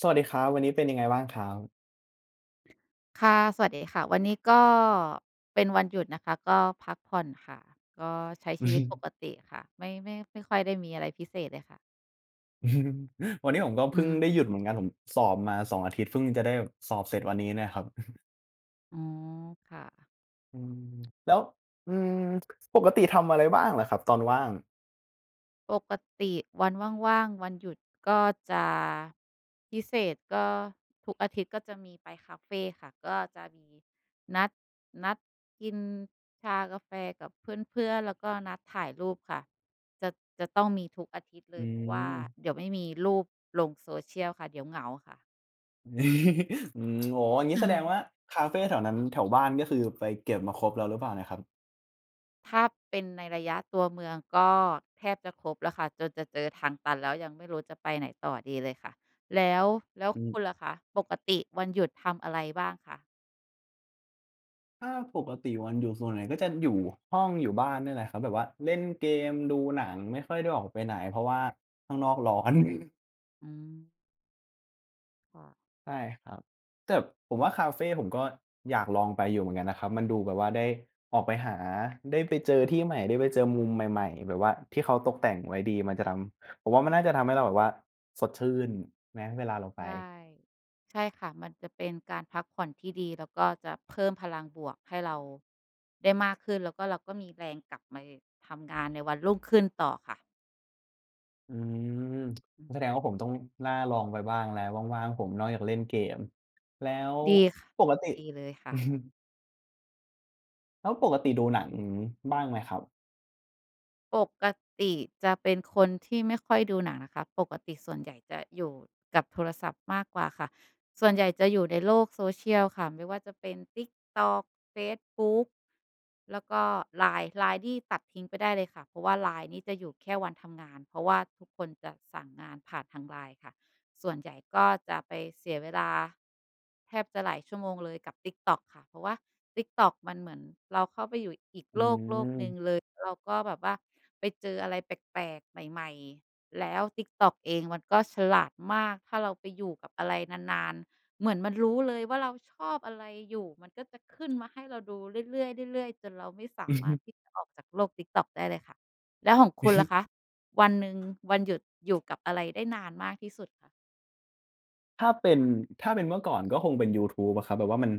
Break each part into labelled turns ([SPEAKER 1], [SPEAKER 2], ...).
[SPEAKER 1] สวัสดีครับวันนี้เป็นยังไงบ้างครับ
[SPEAKER 2] ค่ะ สวัสดีค่ะ วันนี้ก็เป็นวันหยุดนะคะ ก็พักผ่อนค่ะ ก็ใช้
[SPEAKER 1] อื
[SPEAKER 2] ชี
[SPEAKER 1] อ
[SPEAKER 2] วิ
[SPEAKER 1] ฮึ
[SPEAKER 2] ตปกติค่ะไม่ค่อยได้มีอะไรพิเศษเลยค่ะ
[SPEAKER 1] อืม วันนี้ผมก็
[SPEAKER 2] อื
[SPEAKER 1] เพิ่ง
[SPEAKER 2] ม
[SPEAKER 1] ได้หยุดเหมือนกันผมสอบมาสองอาทิตย์เพิ่งจะได้สอบเสร็จวันนี้เนี่ยครับ
[SPEAKER 2] อ๋อค่ะ
[SPEAKER 1] อืมแล้วอืมปกติทำอะไรบ้างเหรอครับตอนว่าง
[SPEAKER 2] ปกติวันว่างๆวันหยุดก็จะพิเศษก็ทุกอาทิตย์ก็จะมีไปคาเฟค่ะก็จะมีนัดนัดกินชากาแฟกับเพื่อนๆแล้วก็นัดถ่ายรูปค่ะจะจะต้องมีทุกอาทิตย์เล
[SPEAKER 1] อื
[SPEAKER 2] ยเพราะว่า
[SPEAKER 1] ม
[SPEAKER 2] เดี๋ยวไม่มีรูปลงโซเชียลค่ะเดี๋ยวเหงาค่ะ
[SPEAKER 1] โอ๋ออย่างงี้แสดงว่าคาเฟแถวนั้นแถวบ้านก็คือไปเก็บมาครบแล้วหรือเปล่าเนี่ยครับ
[SPEAKER 2] ถ้าเป็นในระยะตัวเมืองก็แทบจะครบแล้วค่ะจนจะเจอทางตันแล้วยังไม่รู้จะไปไหนต่อดีเลยค่ะแล้วแล้ว
[SPEAKER 1] อืม
[SPEAKER 2] คุณล่ะคะปกติวันหยุดทำอะไรบ้างคะ
[SPEAKER 1] ถ้าปกติวันหยุดส่วนใหญ่ก็จะอยู่ห้องอยู่บ้านเนี่ยแหละครับแบบว่าเล่นเกมดูหนังไม่ค่อยได้ออกไปไหนเพราะว่าข้างนอกร้อน
[SPEAKER 2] อืมค่ะ
[SPEAKER 1] ใช่ครับแต่ผมว่าคาเฟผมก็อยากลองไปอยู่เหมือนกันนะครับมันดูแบบว่าได้ออกไปหาได้ไปเจอที่ใหม่ได้ไปเจอมุมใหม่ๆแบบว่าที่เขาตกแต่งไว้ดีมันจะทำผมว่ามันน่าจะทำให้เราแบบว่าสดชื่นไหมเวลาเราไป
[SPEAKER 2] ใช่ใช่ค่ะมันจะเป็นการพักผ่อนที่ดีแล้วก็จะเพิ่มพลังบวกให้เราได้มากขึ้นแล้วก็เราก็มีแรงกลับมาทำงานในวันรุ่งขึ้นต่อค่ะ
[SPEAKER 1] อืม
[SPEAKER 2] อื
[SPEAKER 1] แสด
[SPEAKER 2] ม
[SPEAKER 1] งว่าผมต้องน่าลองไปบ้างแล้วว่างๆผมนอกจากเล่นเกมแล้ว
[SPEAKER 2] ดีค่ะ
[SPEAKER 1] ปกติ
[SPEAKER 2] ดีเลยค่ะ
[SPEAKER 1] แล้วปกติดูหนังบ้างไหมครับ
[SPEAKER 2] ปกติจะเป็นคนที่ไม่ค่อยดูหนังนะคะปกติส่วนใหญ่จะอยู่กับโทรศัพท์มากกว่าค่ะส่วนใหญ่จะอยู่ในโลกโซเชียลค่ะไม่ว่าจะเป็น TikTok เฟซบุ๊กแล้วก็ LINE นี่ตัดทิ้งไปได้เลยค่ะเพราะว่า LINE นี่จะอยู่แค่วันทำงานเพราะว่าทุกคนจะสั่งงานผ่านทาง LINE ค่ะ ส่วนใหญ่ก็จะไปเสียเวลาแทบจะหลายชั่วโมงเลยกับ TikTok ค่ะเพราะว่า TikTok มันเหมือนเราเข้าไปอยู่อีก
[SPEAKER 1] อื
[SPEAKER 2] โลกหนึ่งเล
[SPEAKER 1] ม
[SPEAKER 2] ยเราก็แบบว่าไปเจออะไรแปลกๆใหม่ๆแล้ว TikTok เองมันก็ฉลาดมากถ้าเราไปอยู่กับอะไรนานๆเหมือนมันรู้เลยว่าเราชอบอะไรอยู่มันก็จะขึ้นมาให้เราดูเรื่อยๆเรื่อยๆจนเราไม่สามารถที่จะออกจากโลก TikTok ได้เลยค่ะแล้วของคุณล่ะคะวันหนึ่งวันหยุดอยู่กับอะไรได้นานมากที่สุดคะ
[SPEAKER 1] ถ้าเป็นถ้าเป็นเมื่อก่อนก็คงเป็นยูทูบอะครับแบบว่ามัน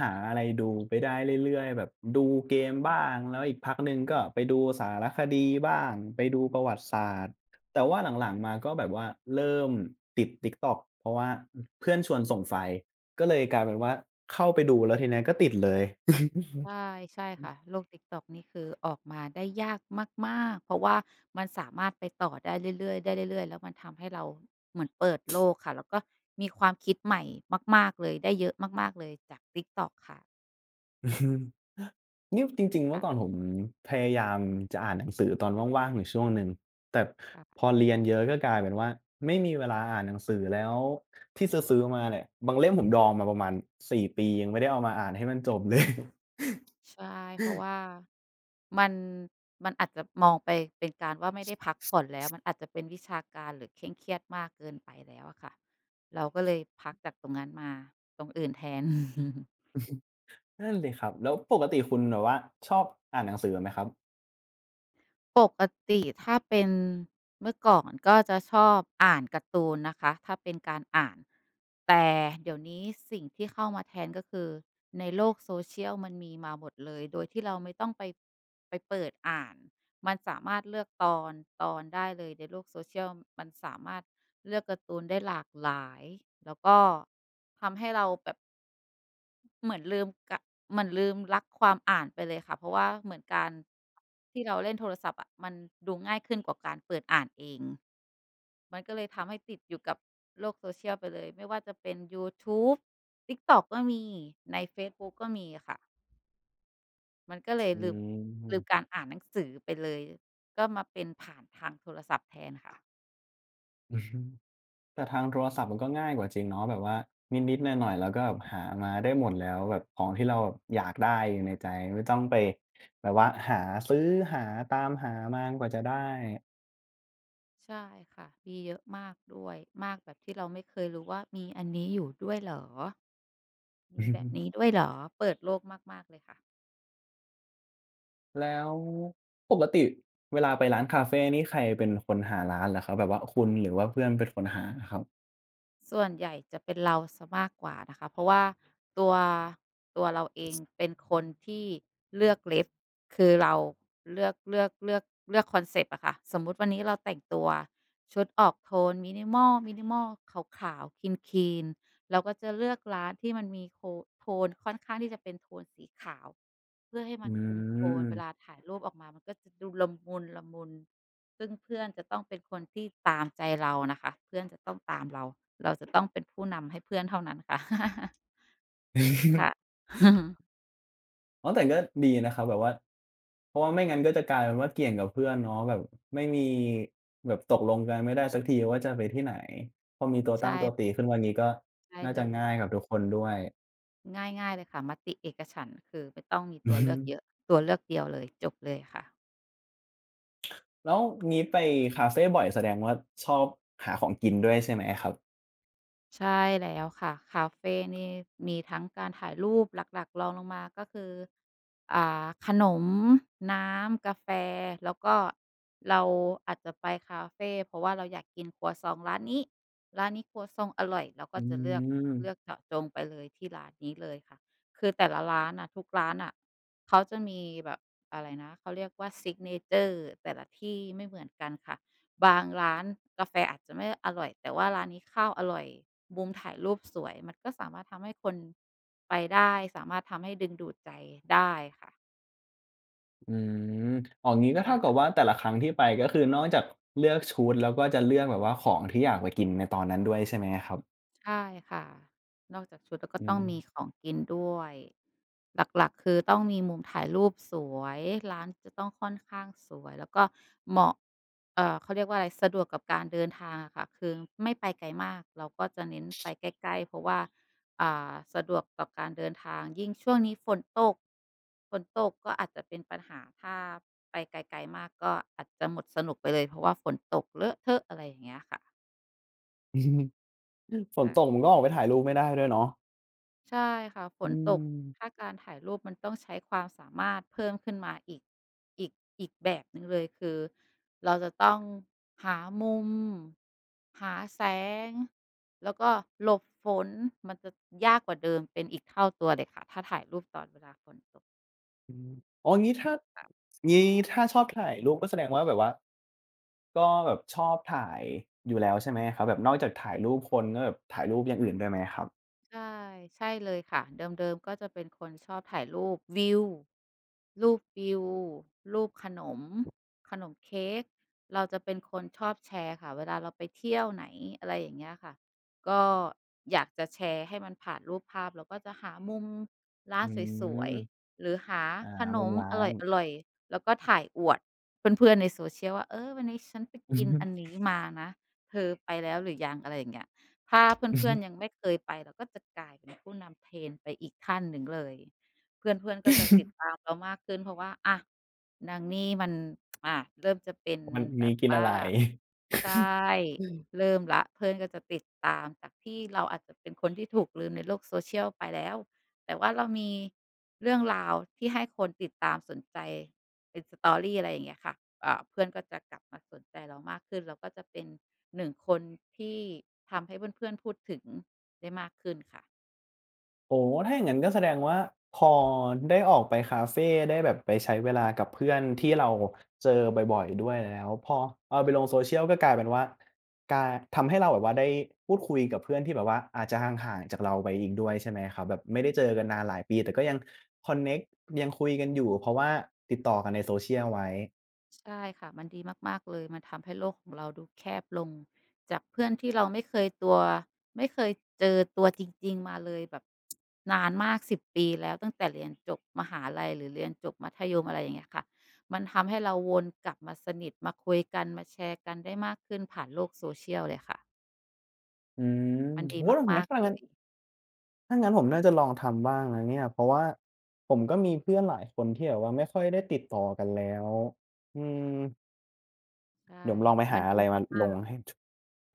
[SPEAKER 1] หาอะไรดูไปได้เรื่อยๆแบบดูเกมบ้างแล้วอีกพักหนึ่ง
[SPEAKER 2] อื
[SPEAKER 1] ก็ไป
[SPEAKER 2] ม
[SPEAKER 1] ดูสารคดีบ้างไปดูประวัติศาสตร์แต่ว่าหลังๆมาก็แบบว่าเริ่มติด TikTok เพราะว่าอเพื่อนชวนส่งไฟล์ก็เลยกลายเป็นว่าเข้าไปดูแล้วทีเนี้ยก็ติดเลย
[SPEAKER 2] ใช่ใช่ค่ะโลก TikTok นี่คือออกมาได้ยากมากๆเพราะว่ามันสามารถไปต่อได้เรื่อยๆได้เรื่อยๆแล้วมันทำให้เราเหมือนเปิดโลกค่ะแล้วก็มีความคิดใหม่มากๆเลยได้เยอะมากๆเลยจาก TikTok ค่ะ
[SPEAKER 1] อือฮึ นี่จริงๆเมื่อก่อน
[SPEAKER 2] ค่ะ
[SPEAKER 1] ผมพยายามจะอ่านหนังสือตอนว่างๆอยู่ช่วงหนึ่งแต่พอ
[SPEAKER 2] ค่ะ
[SPEAKER 1] เรียนเยอะก็กลายเป็นว่าไม่มีเวลาอ่านหนังสือแล้วที่ซื้อๆมาเนี่ยบางเล่มผมดองมาประมาณ4ปียังไม่ได้เอามาอ่านให้มันจบเลย
[SPEAKER 2] ใช่เพราะว่ามันมันอาจจะมองไปเป็นการว่าไม่ได้พักผ่อนแล้วมันอาจจะเป็นวิชาการหรือเคร่งเครียดมากเกินไปแล้วอะค่ะเราก็เลยพักจากตรงนั้นมาตรงอื่นแทน
[SPEAKER 1] นั่นสิครับแล้วปกติคุณแบบว่าชอบอ่านหนังสือไหมครับ
[SPEAKER 2] ปกติถ้าเป็นเมื่อก่อนก็จะชอบอ่านการ์ตูนนะคะถ้าเป็นการอ่านแต่เดี๋ยวนี้สิ่งที่เข้ามาแทนก็คือในโลกโซเชียลมันมีมาหมดเลยโดยที่เราไม่ต้องไปเปิดอ่านมันสามารถเลือกตอนได้เลยในโลกโซเชียลมันสามารถเลือกการ์ตูนได้หลากหลายแล้วก็ทำให้เราแบบ เหมือนลืมกะเหมือนลืมรักความอ่านไปเลยค่ะเพราะว่าเหมือนการที่เราเล่นโทรศัพท์อะมันดูง่ายขึ้นกว่าการเปิดอ่านเองมันก็เลยทำให้ติดอยู่กับโลก social ไปเลยไม่ว่าจะเป็นยูทูบ TikTok ก็มีในเฟซบุ๊กก็มีค่ะมันก็เลย
[SPEAKER 1] อื
[SPEAKER 2] ลืมกา
[SPEAKER 1] ม
[SPEAKER 2] รอ่านหนังสือไปเลยก็มาเป็นผ่านทางโทรศัพท์แทนค่ะ
[SPEAKER 1] อือฮึ แต่ทางโทรศัพท์มันก็ง่ายกว่าจริงเนาะแบบว่านิดๆหน่อยๆเราก็แบบหามาได้หมดแล้วแบบของที่เราแบบอยากได้อยู่ในใจไม่ต้องไปแบบว่าหาซื้อหาตามหามากว่าจะได้
[SPEAKER 2] ใช่ค่ะมีเยอะมากด้วยมากแบบที่เราไม่เคยรู้ว่ามีอันนี้อยู่ด้วยเหรอมีแบบนี้ด้ว ยเหรอเปิดโลกมากๆเลยค่ะ
[SPEAKER 1] แล้วปกติเวลาไปร้านคาเฟนี่ใครเป็นคนหาร้านเหรอครับแบบว่าคุณหรือว่าเพื่อนเป็นคนหาอะครับ
[SPEAKER 2] ส่วนใหญ่จะเป็นเราเสียมากกว่านะคะเพราะว่าตัวตัวเราเองเป็นคนที่เลือกเล็บคือเราเลือกเลือกเลือกเลือกคอนเซปต์อะค่ะสมมุติวันนี้เราแต่งตัวชุดออกโทนมินิมอลขาวๆคนคีนๆเราก็จะเลือกร้านที่มันมีโคโทนค่อนข้างที่จะเป็นโทนสีขาวเพื่อให้
[SPEAKER 1] อื
[SPEAKER 2] มันคุมโทนเวลา
[SPEAKER 1] ม
[SPEAKER 2] ถ่ายรูปออกมามันก็จะดูละมุนละมุน ซึ่งเพื่อนจะต้องเป็นคนที่ตามใจเราน่ะค่ะเพื่อนจะต้องตามเรา เราจะต้องเป็นผู้นำให้เพื่อนเท่านั้นค่ะ ค่ะ
[SPEAKER 1] อ๋อแต่ก็ดีนะครับแบบว่าเพราะว่าไม่งั้นก็จะกลายเป็นว่าเกี่ยงกับเพื่อนเนาะแบบไม่มีแบบตกลงกันไม่ได้สักทีว่าจะไปที่ไหนพอมีตัวตั้ง
[SPEAKER 2] ใช่
[SPEAKER 1] ตัวตีขึ้นมางี้ก็
[SPEAKER 2] ใช่
[SPEAKER 1] น่า
[SPEAKER 2] เล
[SPEAKER 1] จะ
[SPEAKER 2] ย
[SPEAKER 1] ง่ายกับทุกคนด้วย
[SPEAKER 2] ง่ายๆเลยค่ะมติเอกฉันท์คือไม่ต้องมี
[SPEAKER 1] อื
[SPEAKER 2] ตั
[SPEAKER 1] อ
[SPEAKER 2] ว
[SPEAKER 1] ฮึ
[SPEAKER 2] เลือกเยอะ ตัวเลือกเดียวเลยจบเลยค่ะ
[SPEAKER 1] แล้วงี้ไปคาเฟบ่อยแสดงว่าชอบหาของกินด้วยใช่ไหมครับ
[SPEAKER 2] ใช่แล้วค่ะคาเฟนี่มีทั้งการถ่ายรูปหลักๆรองลงมาก็คือขนมน้ำกาแฟแล้วก็เราอาจจะไปคาเฟเพราะว่าเราอยากกินครัวซองร้านนี้ครัวซองอร่อยเราก็
[SPEAKER 1] อื
[SPEAKER 2] จะเลือก
[SPEAKER 1] ม
[SPEAKER 2] เจาะจงไปเลยที่ร้านนี้เลยค่ะคือแต่ละร้านน่ะทุกร้านน่ะเขาจะมีแบบอะไรนะเขาเรียกว่าซิกเนเชอร์แต่ละที่ไม่เหมือนกันค่ะ บางร้านกาแฟอาจจะไม่อร่อยแต่ว่าร้านนี้ข้าวอร่อยมุมถ่ายรูปสวยมันก็สามารถทำให้คนไปได้สามารถทำให้ดึงดูดใจได้ค่ะ
[SPEAKER 1] อืมอ๋องี้ก็เท่ากับ
[SPEAKER 2] ค่ะ
[SPEAKER 1] ว่าแต่ละครั้งที่ไปก็คือนอกจากเลือกชุดแล้วก็จะเลือกแบบว่าของที่อยากไปกินในตอนนั้นด้วยใช่ไหมครับ
[SPEAKER 2] ใช่ค่ะนอกจากชุดแล้วก็
[SPEAKER 1] อื
[SPEAKER 2] ต้อ
[SPEAKER 1] ม
[SPEAKER 2] งมีของกินด้วย หลักๆคือต้องมีมุมถ่ายรูปสวยร้านจะต้องค่อนข้างสวยแล้วก็เหมาะเขาเรียกว่าอะไรสะดวกกับการเดินทางอะค่ะคือไม่ไปไกลมากเราก็จะเน้นไปใกล้ๆเพราะว่าสะดวกต่อการเดินทางยิ่งช่วงนี้ฝนตกก็อาจจะเป็นปัญหาถ้าไปไกลๆมากก็อาจจะหมดสนุกไปเลยเพราะว่าฝนตกเลอะเทอะอะไรอย่างเงี้ยค่ะ
[SPEAKER 1] ฝน
[SPEAKER 2] ใช่ะ
[SPEAKER 1] ตกมันก็ออกไปถ่ายรูปไม่ได้ด้วยเนาะ
[SPEAKER 2] ใช่ค่ะฝ
[SPEAKER 1] อื
[SPEAKER 2] นตก
[SPEAKER 1] ม
[SPEAKER 2] ถ้าการถ่ายรูปมันต้องใช้ความสามารถเพิ่มขึ้นมาอีกอีกแบบหนึ่งเลยคือเราจะต้องหามุมหาแสงแล้วก็หลบฝนมันจะยากกว่าเดิมเป็นอีกเท่าตัวเลยค่ะถ้าถ่ายรูปตอนเวลาฝนตก
[SPEAKER 1] อืมอ๋องี้ถ้า
[SPEAKER 2] ค่ะ
[SPEAKER 1] งี้ถ้าชอบถ่ายรูปก็แสดงว่าแบบว่าก็แบบชอบถ่ายอยู่แล้วใช่ไหมครับแบบนอกจากถ่ายรูปคนก็แบบถ่ายรูปอย่างอื่นด้วยไหมครับ
[SPEAKER 2] ใช่ใช่เลยค่ะเดิมๆก็จะเป็นคนชอบถ่ายรูปวิวรูปขนมเค้กเราจะเป็นคนชอบแชร์ค่ะเวลาเราไปเที่ยวไหนอะไรอย่างเงี้ยค่ะก็อยากจะแชร์ให้มันผ่านรูปภาพเราก็จะหามุมร้าน
[SPEAKER 1] อื
[SPEAKER 2] สวย
[SPEAKER 1] ม
[SPEAKER 2] ๆหรือหา
[SPEAKER 1] อา
[SPEAKER 2] ขน
[SPEAKER 1] มุม
[SPEAKER 2] ม
[SPEAKER 1] ร้า
[SPEAKER 2] อ
[SPEAKER 1] น
[SPEAKER 2] ร่อยๆแล้วก็ถ่ายอวดเพื่อนๆใน social ว่าเออวันนี้ฉันไปกินอันนี้มานะเธอไปแล้วหรือยังอะไรอย่างเงี้ย ถ้าเพื่อนๆยังไม่เคยไปเราก็จะกลายเป็นผู้นำ Trend ไปอีกขั้นหนึ่งเลยเพื่อนๆก็จะติดตา มเรามากขึ้นเพราะว่าอะนางนี่มันเริ่มจะเป็น
[SPEAKER 1] วัน
[SPEAKER 2] แบ
[SPEAKER 1] นี้
[SPEAKER 2] บ
[SPEAKER 1] กินอะ
[SPEAKER 2] ว่า
[SPEAKER 1] ไร
[SPEAKER 2] ใช่เริ่มแล้วเพื่อนก็จะติดตามจากที่เราอาจจะเป็นคนที่ถูกลืมในโลก social ไปแล้วแต่ว่าเรามีเรื่องราวที่ให้คนติดตามสนใจเป็น story อะไรอย่างเงี้ยค่ะเพื่อนก็จะกลับมาสนใจเรามากขึ้นเราก็จะเป็นหนึ่งคนที่ทำให้เพื่อนๆพูดถึงได้มากขึ้นค่ะ
[SPEAKER 1] โอ้ถ้าอย่างนั้นก็แสดงว่าพอได้ออกไปคาเฟได้แบบไปใช้เวลากับเพื่อนที่เราเจอบ่อยๆด้วยแล้วพอเอาไปลง social ก็กลายเป็นว่ากาทำให้เราแบบว่าได้พูดคุยกับเพื่อนที่แบบว่าอาจจะห่างๆจากเราไปอีกด้วยใช่ไหมครับแบบไม่ได้เจอกันนานหลายปีแต่ก็ยังคอนเน็กต์ยังคุยกันอยู่เพราะว่าติดต่อกันใน social ไว้
[SPEAKER 2] ใช่ค่ะมันดีมากๆเลยมันทำให้โลกของเราดูแคบลงจากเพื่อนที่เราไม่เคยเจอตัวจริงๆมาเลยแบบนานมาก10ปีแล้วตั้งแต่เรียนจบมหาลัยหรือเรียนจบมัธยมอะไรอย่างเงี้ยค่ะมันทำให้เราวนกลับมาสนิทมาคุยกันมาแชร์กันได้มากขึ้นผ่านโลก social เชียลเลยค่ะ
[SPEAKER 1] อืม
[SPEAKER 2] มันดี
[SPEAKER 1] โอ้โฮ
[SPEAKER 2] มา
[SPEAKER 1] งั้น
[SPEAKER 2] ก
[SPEAKER 1] ถ้า
[SPEAKER 2] ๆเล
[SPEAKER 1] งั้น
[SPEAKER 2] ย
[SPEAKER 1] ถ้างั้นผมน่าจะลองทำบ้างนะเนี่ยเพราะว่าผมก็มีเพื่อนหลายคนที่แบบว่าไม่ค่อยได้ติดต่อกันแล้วอืม
[SPEAKER 2] ใช่
[SPEAKER 1] เดี๋ยวลองไป
[SPEAKER 2] มั
[SPEAKER 1] หา
[SPEAKER 2] น
[SPEAKER 1] อะ
[SPEAKER 2] ดี
[SPEAKER 1] ไรมาล
[SPEAKER 2] มา
[SPEAKER 1] ง
[SPEAKER 2] กๆ
[SPEAKER 1] ให้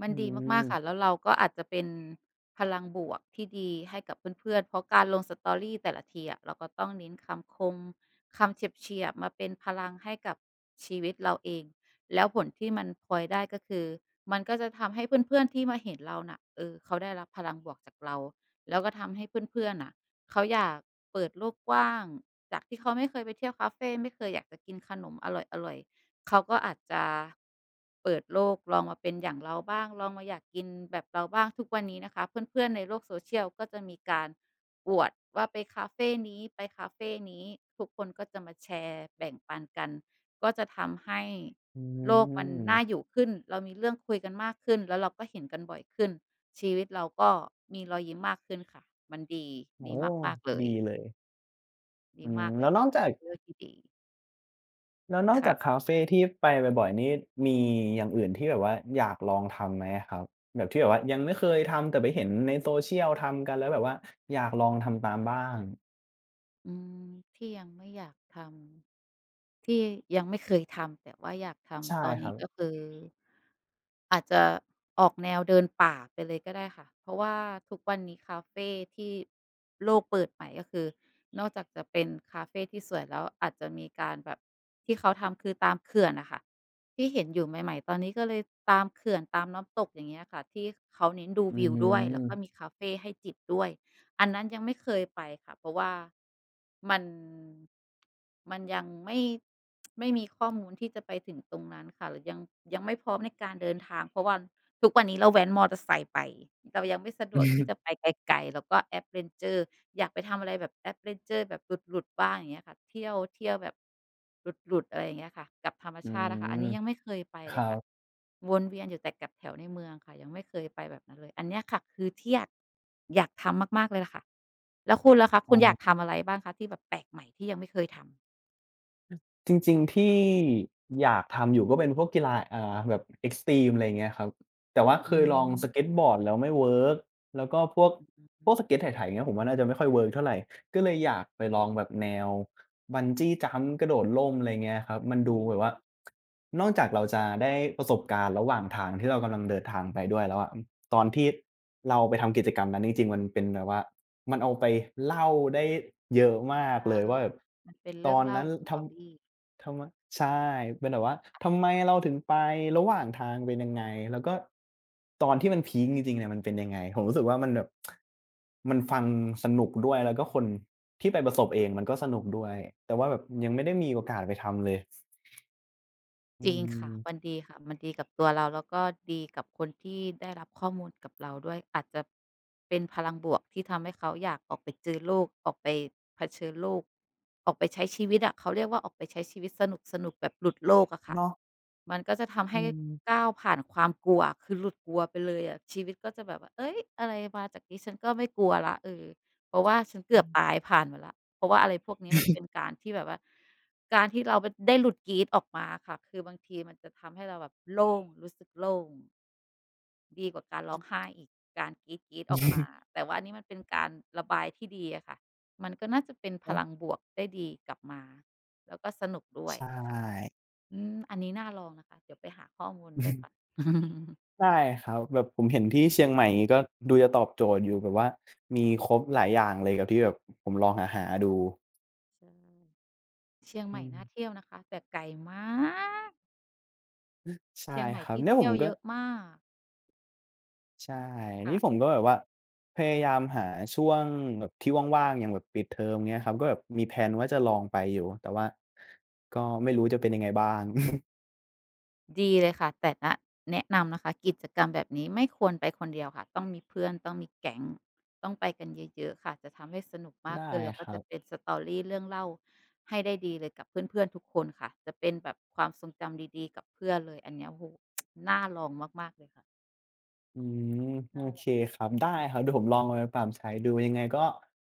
[SPEAKER 2] มั น
[SPEAKER 1] อื
[SPEAKER 2] ดีมาก
[SPEAKER 1] ม
[SPEAKER 2] ๆค่ะแล้วเราก็อาจจะเป็นพลังบวกที่ดีให้กับเพื่อนๆเพราะการลง Story แต่ละทีอะเราก็ต้องเน้นคำคมคำเฉียบๆมาเป็นพลังให้กับชีวิตเราเองแล้วผลที่มันพลอยได้ก็คือมันก็จะทำให้เพื่อนๆที่มาเห็นเราน่ะเออเขาได้รับพลังบวกจากเราแล้วก็ทำให้เพื่อนๆน่ะเขาอยากเปิดโลกกว้างจากที่เขาไม่เคยไปเที่ยวคาเฟไม่เคยอยากจะกินขนมอร่อยๆ เขาก็อาจจะเปิดโลกลองมาเป็นอย่างเราบ้างลองมาอยากกินแบบเราบ้างทุกวันนี้นะคะเพื่อนๆในโลก social ก็จะมีการอวดว่าไปคาเฟนี้ทุกคนก็จะมาแชร์แบ่งปันกันก็จะทำให้
[SPEAKER 1] อื
[SPEAKER 2] โลกมันน่าอ
[SPEAKER 1] ม
[SPEAKER 2] ยู่ขึ้นเรามีเรื่องคุยกันมากขึ้นแล้วเราก็เห็นกันบ่อยขึ้นชีวิตเราก็มีรอยยิ้มมากขึ้นค่ะมันดี
[SPEAKER 1] โอ้
[SPEAKER 2] มากๆเลย
[SPEAKER 1] ดีเลย
[SPEAKER 2] ดีมากเล
[SPEAKER 1] แล้
[SPEAKER 2] ย
[SPEAKER 1] วน
[SPEAKER 2] ค่ะ
[SPEAKER 1] อก
[SPEAKER 2] มัน
[SPEAKER 1] จาก
[SPEAKER 2] เป็นเรื่องที่ดี
[SPEAKER 1] แล้วนอกจาก
[SPEAKER 2] ค่ะ
[SPEAKER 1] คาเฟที่ไปบ่อยๆนี่มีอย่างอื่นที่แบบว่าอยากลองทำไหมครับแบบที่แบบว่ายังไม่เคยทำแต่ไปเห็นในโซเชียลทำกันแล้วแบบว่าอยากลองทำตามบ้าง
[SPEAKER 2] อืมที่ยังไม่อยากทำ ที่ยังไม่เคยทำแต่ว่าอยาก
[SPEAKER 1] ใช่
[SPEAKER 2] ทำตอน
[SPEAKER 1] ค
[SPEAKER 2] นี้
[SPEAKER 1] รั
[SPEAKER 2] ก็
[SPEAKER 1] บ
[SPEAKER 2] คืออาจจะออกแนวเดินป่าไปเลยก็ได้ค่ะเพราะว่าทุกวันนี้คาเฟที่โลกเปิดใหม่ก็คือนอกจากจะเป็นคาเฟที่สวยแล้วอาจจะมีการแบบที่เขาทำคือตามเขื่อนน่ะค่ะที่เห็นอยู่ใหม่ๆตอนนี้ก็เลยตามเขื่อนตามน้ำตกอย่างเงี้ยค่ะที่เขาเน้นดู
[SPEAKER 1] อื
[SPEAKER 2] วิวด้วยแล้วก็
[SPEAKER 1] ม
[SPEAKER 2] มีคาเฟให้จิบด้วย อันนั้นยังไม่เคยไปค่ะเพราะว่ามันมันยังไม่มีข้อมูลที่จะไปถึงตรงนั้นค่ะหรือยังไม่พร้อมในการเดินทางเพราะว่าทุกวันนี้เราแว้นมอเตอร์ไซค์ไปเรายังไม่สะดวกที่จะไป ไกลๆแล้วก็ adventure อยากไปทำอะไรแบบ a d v e เจอ r ์แบบหลุดๆบ้างอย่างเงี้ยค่ะเที่ยวเที่ยวแบบหลุดๆอะไรอย่างเงี้ยค่ะกับธรรม
[SPEAKER 1] อื
[SPEAKER 2] ชาติอะค่ะอัน
[SPEAKER 1] ม
[SPEAKER 2] นี้ยังไม่เคยไป
[SPEAKER 1] ค
[SPEAKER 2] เล
[SPEAKER 1] รั
[SPEAKER 2] ยค่ะ
[SPEAKER 1] บ
[SPEAKER 2] วนเวียนอยู่แต่กับแถวในเมืองค่ะยังไม่เคยไปแบบนั้นเลยอันเนี้ยค่ะคือที่อยากทำมากๆเลยล่ะค่ะแล้วคุณล่ะคะ
[SPEAKER 1] อ๋
[SPEAKER 2] คุณอยาก
[SPEAKER 1] อ
[SPEAKER 2] ทำอะไรบ้างคะที่แบบแปลกใหม่ที่ยังไม่เคยทำ
[SPEAKER 1] จริงๆที่อยากทำอยู่ก็เป็นพวกกีฬาอ่าแบบเอ็กซ์ตรีมอะไรอย่างเงี้ยครับแต่ว่า
[SPEAKER 2] อื
[SPEAKER 1] เคยลองสเก็
[SPEAKER 2] ม
[SPEAKER 1] ตบอร์ดแล้วไม่เวิร์กแล้วก็พวก
[SPEAKER 2] อ
[SPEAKER 1] พวกสเก็ตไถๆอย่างเงี้ยผมว่าน่าจะไม่ค่อยเวิร์กเท่าไรก็เลยอยากไปลองแบบแนวบันจี้จัมป์กระโดดร่มอะไรเงี้ยครับมัน
[SPEAKER 2] ๋
[SPEAKER 1] ดู
[SPEAKER 2] อ
[SPEAKER 1] แบบว่านอกจากเราจะได้ประสบการณ์ระหว่างทางที่เรากำลังเดินทางไปด้วยแล้วอะตอนที่เราไปทำกิจกรรมนั้นจริงๆมันเป็นแบบว่า มันเอาไปเล่าได้เยอะมากเล
[SPEAKER 2] ใช่
[SPEAKER 1] ยว่าแบบ
[SPEAKER 2] มันเป็น
[SPEAKER 1] ต
[SPEAKER 2] เรื่อ
[SPEAKER 1] อ
[SPEAKER 2] ง
[SPEAKER 1] น
[SPEAKER 2] เล่า
[SPEAKER 1] นั้น
[SPEAKER 2] ส
[SPEAKER 1] ท
[SPEAKER 2] ตอรี่
[SPEAKER 1] ำทำไมใช่เป็นแบบว่าทำไมเราถึงไประหว่างทางเป็นยังไงแล้วก็ตอนที่มันพีกจริงๆเนี่ยมันเป็นยังไงผมรู้สึกว่ามันแบบมันฟังสนุกด้วยแล้วก็คนที่ไปประสบเองมันก็สนุกด้วยแต่ว่าแบบยังไม่ได้มีโอกาสไปทำเลยอื
[SPEAKER 2] จริงค่ะมัน
[SPEAKER 1] ม
[SPEAKER 2] ดีค่ะมันดีกับตัวเราแล้วก็ดีกับคนที่ได้รับข้อมูลกับเราด้วยอาจจะเป็นพลังบวกที่ทำให้เขาอยากออกไปเจอโลกออกไปเผชิญโลกออกไปใช้ชีวิตอะเขาเรียกว่าออกไปใช้ชีวิตสนุกๆแบบหลุดโลกอะค่ะ
[SPEAKER 1] เนาะ
[SPEAKER 2] มันก็จะทำ
[SPEAKER 1] อื
[SPEAKER 2] ให้
[SPEAKER 1] ม
[SPEAKER 2] ก้าวผ่านความกลัวคือหลุดกลัวไปเลยอะชีวิตก็จะแบบว่าเฮ้ยอะไรมาจากนี้ฉันก็ไม่กลัวแล้วเออเพราะว่าฉันเกือบตายผ่านมาแล้วเพราะว่าอะไรพวกนี้มันเป็นการที่แบบว่า การที่เราได้หลุดกรี๊ดออกมาค่ะคือบางทีมันจะทำให้เราแบบโล่งรู้สึกโล่งดีกว่าการร้องไห้อีกการกรี๊ดๆออกมาแต่ว่าอันนี้มันเป็นการระบายที่ดีอะค่ะมันก็น่าจะเป็นพ
[SPEAKER 1] เนาะ
[SPEAKER 2] ลังบวกได้ดีกลับมาแล้วก็สนุกด้ว
[SPEAKER 1] ใช
[SPEAKER 2] ยค่ะ
[SPEAKER 1] ่
[SPEAKER 2] อืมอันนี้น่าลองนะคะเดี๋ยวไปหาข้อมูลด้วยก่อน
[SPEAKER 1] ได้ครับแบบผมเห็นที่เชียงใหม่อย่างงี้ก็ดูจะตอบโจทย์อยู่แบบว่ามีครบหลายอย่างเลยกับที่แบบผมลองหาหาดู
[SPEAKER 2] ใช่เชียงให
[SPEAKER 1] อื
[SPEAKER 2] ม่
[SPEAKER 1] ม
[SPEAKER 2] น่าเที่ยวนะคะแต่ไกลมาก
[SPEAKER 1] ใช่
[SPEAKER 2] เชียงใหม่
[SPEAKER 1] ครับ
[SPEAKER 2] ที่
[SPEAKER 1] เนี่ยผ
[SPEAKER 2] เที่
[SPEAKER 1] ม
[SPEAKER 2] ยว
[SPEAKER 1] ก็
[SPEAKER 2] เยอะมาก
[SPEAKER 1] ใช่นี่ผม
[SPEAKER 2] ค่ะ
[SPEAKER 1] ก็แบบว่าพยายามหาช่วงแบบที่ว่างๆอย่างแบบปิดเทอมเงี้ยครับก็แบบมีแพลนว่าจะลองไปอยู่แต่ว่าก็ไม่รู้จะเป็นยังไงบ้าง
[SPEAKER 2] ดีเลยค่ะแต่นะแนะนำนะคะกิจกรรมแบบนี้ไม่ควรไปคนเดียวค่ะต้องมีเพื่อนต้องมีแก๊งต้องไปกันเยอะๆค่ะจะทำให้สนุก มาก
[SPEAKER 1] ได้
[SPEAKER 2] ขึ้นแล้ว
[SPEAKER 1] ค
[SPEAKER 2] ก็
[SPEAKER 1] รั
[SPEAKER 2] จะ
[SPEAKER 1] บ
[SPEAKER 2] เป็นสตอรี่เรื่องเล่าให้ได้ดีเลยกับเพื่อนๆทุกคนค่ะจะเป็นแบบความทรงจำดีๆกับเพื่อนเลยอันเนี้ยโอ้โฮน่าลองมากๆเลยค่ะ
[SPEAKER 1] อืมโอ
[SPEAKER 2] น่าล
[SPEAKER 1] เค
[SPEAKER 2] องมา
[SPEAKER 1] ครับ
[SPEAKER 2] ก
[SPEAKER 1] ได้ครับเดี๋ยวผมลองเอาไปปรับใช้ดูยังไงก็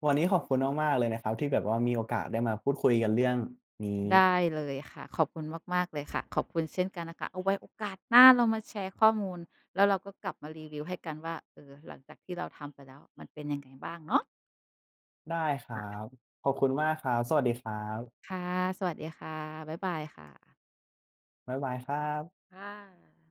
[SPEAKER 1] วันนี้ขอบคุณมากๆเลยนะครับที่แบบว่ามีโอกาสได้มาพูดคุยกันเรื่องนี้
[SPEAKER 2] ๆได้เลยค่ะขอบคุณมากๆเลยค่ะขอบคุณเช่นกันนะคะเอาไว้โอกาสหน้าเรามาแชร์ข้อมูลแล้วเราก็กลับมารีวิวให้กันว่าเออหลังจากที่เราทำไปแล้วมันเป็นยังไงบ้างเนาะ
[SPEAKER 1] ได้ครับขอบคุณมากครับสวัสดีครับ
[SPEAKER 2] ค่ะสวัสดีค่ะบ๊ายบายค่ะ
[SPEAKER 1] บ๊ายบายครับ
[SPEAKER 2] ค่ะ